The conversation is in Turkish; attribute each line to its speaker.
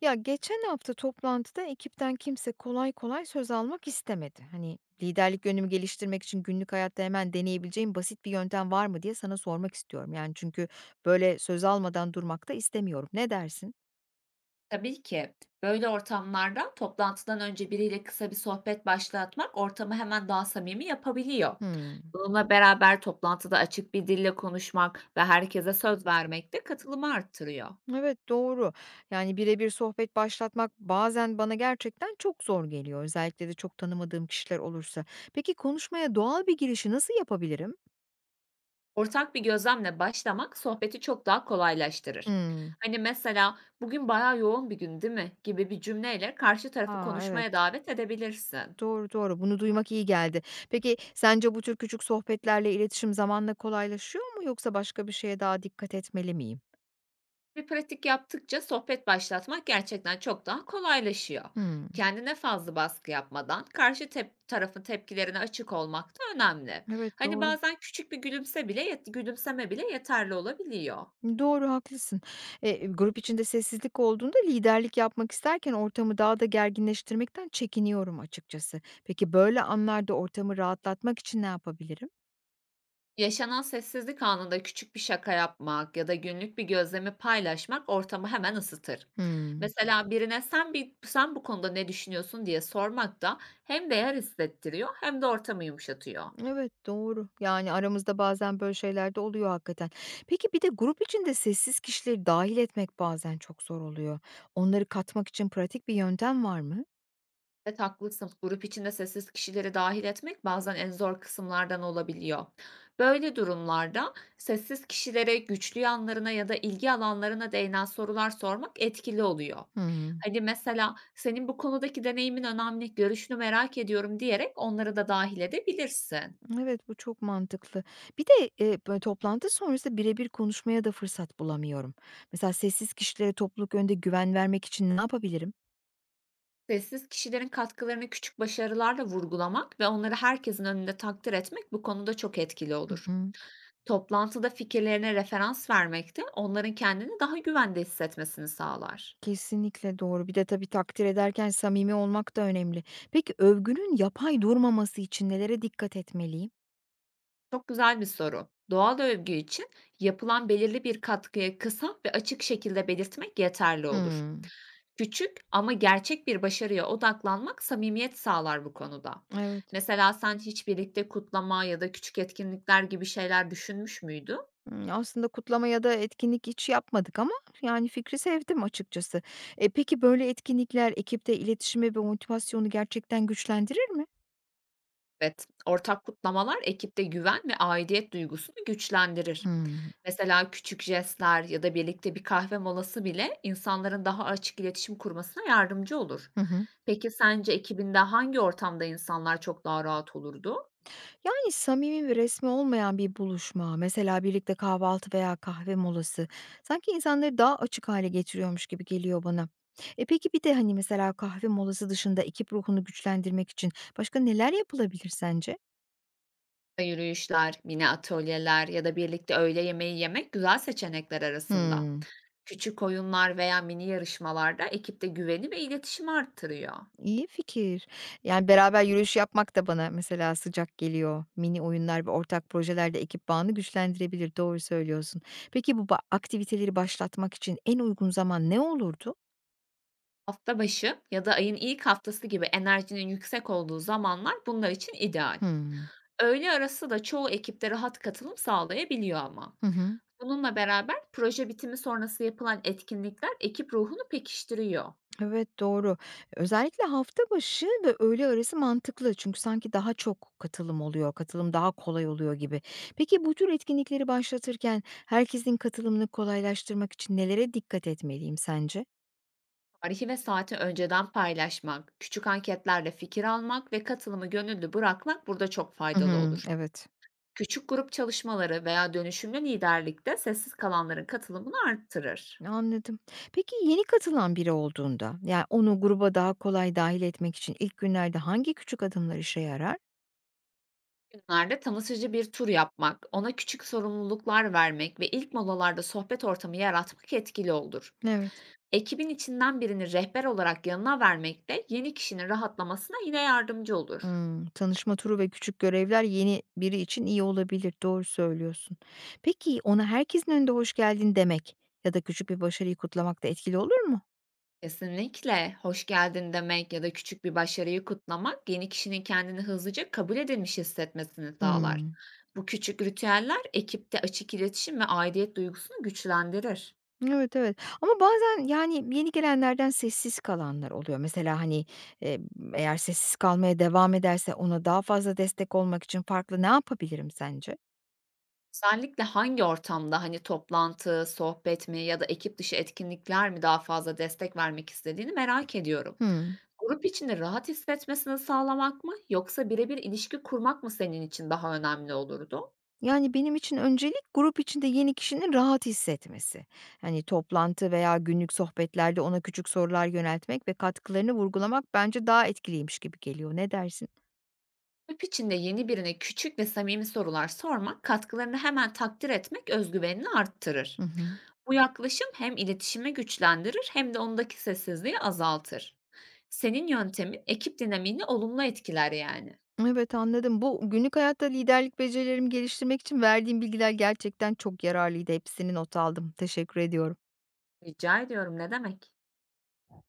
Speaker 1: Ya geçen hafta toplantıda ekipten kimse kolay kolay söz almak istemedi. Hani liderlik yönümü geliştirmek için günlük hayatta hemen deneyebileceğim basit bir yöntem var mı diye sana sormak istiyorum. Yani çünkü böyle söz almadan durmak da istemiyorum. Ne dersin?
Speaker 2: Tabii ki. Böyle ortamlarda toplantıdan önce biriyle kısa bir sohbet başlatmak ortamı hemen daha samimi yapabiliyor.
Speaker 1: Hmm.
Speaker 2: Bununla beraber toplantıda açık bir dille konuşmak ve herkese söz vermek de katılımı arttırıyor.
Speaker 1: Evet, doğru. Yani birebir sohbet başlatmak bazen bana gerçekten çok zor geliyor. Özellikle de çok tanımadığım kişiler olursa. Peki konuşmaya doğal bir girişi nasıl yapabilirim?
Speaker 2: Ortak bir gözlemle başlamak sohbeti çok daha kolaylaştırır.
Speaker 1: Hmm.
Speaker 2: Hani mesela "Bugün bayağı yoğun bir gün, değil mi?" gibi bir cümleyle karşı tarafı
Speaker 1: Aa
Speaker 2: konuşmaya
Speaker 1: evet.
Speaker 2: davet edebilirsin.
Speaker 1: Doğru, doğru. Bunu duymak iyi geldi. Peki sence bu tür küçük sohbetlerle iletişim zamanla kolaylaşıyor mu yoksa başka bir şeye daha dikkat etmeli miyim?
Speaker 2: Bir pratik yaptıkça sohbet başlatmak gerçekten çok daha kolaylaşıyor.
Speaker 1: Hımm.
Speaker 2: Kendine fazla baskı yapmadan karşı tarafın tepkilerine açık olmak da önemli.
Speaker 1: Evet,
Speaker 2: Hani
Speaker 1: doğru.
Speaker 2: bazen küçük bir gülümseme bile yeterli olabiliyor.
Speaker 1: Doğru, haklısın. Grup içinde sessizlik olduğunda liderlik yapmak isterken ortamı daha da gerginleştirmekten çekiniyorum açıkçası. Peki böyle anlarda ortamı rahatlatmak için ne yapabilirim?
Speaker 2: Yaşanan sessizlik anında küçük bir şaka yapmak ya da günlük bir gözlemi paylaşmak ortamı hemen ısıtır.
Speaker 1: Hımm.
Speaker 2: Mesela birine sen bu konuda ne düşünüyorsun diye sormak da hem değer hissettiriyor hem de ortamı yumuşatıyor.
Speaker 1: Evet, doğru. Yani, aramızda bazen böyle şeyler de oluyor hakikaten. Peki, bir de grup içinde sessiz kişileri dahil etmek bazen çok zor oluyor. Onları katmak için pratik bir yöntem var mı?
Speaker 2: Evet, haklısın. Grup içinde sessiz kişileri dahil etmek bazen en zor kısımlardan olabiliyor. Böyle durumlarda sessiz kişilere güçlü yanlarına ya da ilgi alanlarına değinen sorular sormak etkili oluyor.
Speaker 1: Hıı.
Speaker 2: Hani mesela "Senin bu konudaki deneyimin önemli, görüşünü merak ediyorum." diyerek onları da dahil edebilirsin.
Speaker 1: Evet, bu çok mantıklı. Bir de, böyle toplantı sonrası birebir konuşmaya da fırsat bulamıyorum. Mesela sessiz kişilere topluluk önünde güven vermek için ne yapabilirim?
Speaker 2: Sessiz kişilerin katkılarını küçük başarılarla vurgulamak ve onları herkesin önünde takdir etmek bu konuda çok etkili olur.
Speaker 1: I
Speaker 2: Toplantıda fikirlerine referans vermek de onların kendini daha güvende hissetmesini sağlar.
Speaker 1: Kesinlikle doğru. Bir de tabii takdir ederken samimi olmak da önemli. Peki, övgünün yapay durmaması için nelere dikkat etmeliyim?
Speaker 2: Çok güzel bir soru. Doğal övgü için yapılan belirli bir katkıyı kısa ve açık şekilde belirtmek yeterli olur.
Speaker 1: Hıı.
Speaker 2: Küçük ama gerçek bir başarıya odaklanmak samimiyet sağlar bu konuda.
Speaker 1: Evet.
Speaker 2: Mesela sen hiç birlikte kutlama ya da küçük etkinlikler gibi şeyler düşünmüş müydün?
Speaker 1: Hımm, aslında kutlama ya da etkinlik hiç yapmadık ama yani fikri sevdim açıkçası. E, peki böyle etkinlikler ekipte iletişimi ve motivasyonu gerçekten güçlendirir mi?
Speaker 2: Evet, ortak kutlamalar ekipte güven ve aidiyet duygusunu güçlendirir.
Speaker 1: Hımm.
Speaker 2: Mesela küçük jestler ya da birlikte bir kahve molası bile insanların daha açık iletişim kurmasına yardımcı olur.
Speaker 1: Hı hı.
Speaker 2: Peki sence ekibinde hangi ortamda insanlar çok daha rahat olurdu?
Speaker 1: Yani samimi ve resmi olmayan bir buluşma, mesela birlikte kahvaltı veya kahve molası sanki insanları daha açık hale getiriyormuş gibi geliyor bana. E, peki bir de, hani, mesela kahve molası dışında ekip ruhunu güçlendirmek için başka neler yapılabilir sence?
Speaker 2: Yürüyüşler, mini atölyeler ya da birlikte öğle yemeği yemek güzel seçenekler arasında.
Speaker 1: Hımm.
Speaker 2: Küçük oyunlar veya mini yarışmalar da ekipte güveni ve iletişimi arttırıyor.
Speaker 1: İyi fikir. Yani, beraber yürüyüş yapmak da bana mesela sıcak geliyor. Mini oyunlar ve ortak projelerde ekip bağını güçlendirebilir. Doğru söylüyorsun. Peki bu aktiviteleri başlatmak için en uygun zaman ne olurdu?
Speaker 2: Hafta başı ya da ayın ilk haftası gibi enerjinin yüksek olduğu zamanlar bunlar için ideal.
Speaker 1: Hımm.
Speaker 2: Öğle arası da çoğu ekipte rahat katılım sağlayabiliyor ama.
Speaker 1: Hı hı.
Speaker 2: Bununla beraber proje bitimi sonrası yapılan etkinlikler ekip ruhunu pekiştiriyor.
Speaker 1: Evet, doğru. Özellikle hafta başı ve öğle arası mantıklı. Çünkü sanki daha çok katılım oluyor, katılım daha kolay oluyor gibi. Peki bu tür etkinlikleri başlatırken herkesin katılımını kolaylaştırmak için nelere dikkat etmeliyim sence?
Speaker 2: Tarihi ve saati önceden paylaşmak, küçük anketlerle fikir almak ve katılımı gönüllü bırakmak burada çok
Speaker 1: Hı
Speaker 2: faydalı
Speaker 1: hı.
Speaker 2: olur.
Speaker 1: Evet.
Speaker 2: Küçük grup çalışmaları veya dönüşümlü liderlik de sessiz kalanların katılımını arttırır.
Speaker 1: Anladım. Peki yeni katılan biri olduğunda, yani onu gruba daha kolay dahil etmek için ilk günlerde hangi küçük adımlar işe yarar?
Speaker 2: Günlerde tanıtıcı bir tur yapmak, ona küçük sorumluluklar vermek ve ilk molalarda sohbet ortamı yaratmak etkili olur.
Speaker 1: Evet.
Speaker 2: Ekibin içinden birini rehber olarak yanına vermek de yeni kişinin rahatlamasına yine yardımcı olur.
Speaker 1: Hımm, tanışma turu ve küçük görevler yeni biri için iyi olabilir. Doğru söylüyorsun. Peki ona herkesin önünde "Hoş geldin." demek ya da küçük bir başarıyı kutlamak da etkili olur mu?
Speaker 2: Kesinlikle. Hoş geldin demek ya da küçük bir başarıyı kutlamak yeni kişinin kendini hızlıca kabul edilmiş hissetmesini sağlar.
Speaker 1: Hımm.
Speaker 2: Bu küçük ritüeller ekipte açık iletişim ve aidiyet duygusunu güçlendirir.
Speaker 1: Evet, evet, ama bazen, yani, yeni gelenlerden sessiz kalanlar oluyor. Mesela, hani, eee, eğer sessiz kalmaya devam ederse ona daha fazla destek olmak için farklı ne yapabilirim sence?
Speaker 2: Özellikle hangi ortamda, hani toplantı, sohbet mi ya da ekip dışı etkinlikler mi, daha fazla destek vermek istediğini merak ediyorum.
Speaker 1: Hımm.
Speaker 2: Grup içinde rahat hissetmesini sağlamak mı yoksa birebir ilişki kurmak mı senin için daha önemli olurdu?
Speaker 1: Yani, benim için öncelik grup içinde yeni kişinin rahat hissetmesi. Hani, toplantı veya günlük sohbetlerde ona küçük sorular yöneltmek ve katkılarını vurgulamak bence daha etkiliymiş gibi geliyor. Ne dersin?
Speaker 2: Grup içinde yeni birine küçük ve samimi sorular sormak, katkılarını hemen takdir etmek özgüvenini
Speaker 1: Hı
Speaker 2: arttırır.
Speaker 1: hı.
Speaker 2: Bu yaklaşım hem iletişimi güçlendirir hem de ondaki sessizliği azaltır. Senin yöntemin ekip dinamiğini olumlu etkiler yani.
Speaker 1: Evet, anladım. Bu günlük hayatta liderlik becerilerimi geliştirmek için verdiğim bilgiler gerçekten çok yararlıydı. Hepsini not aldım. Teşekkür ediyorum.
Speaker 2: Rica ediyorum, ne demek?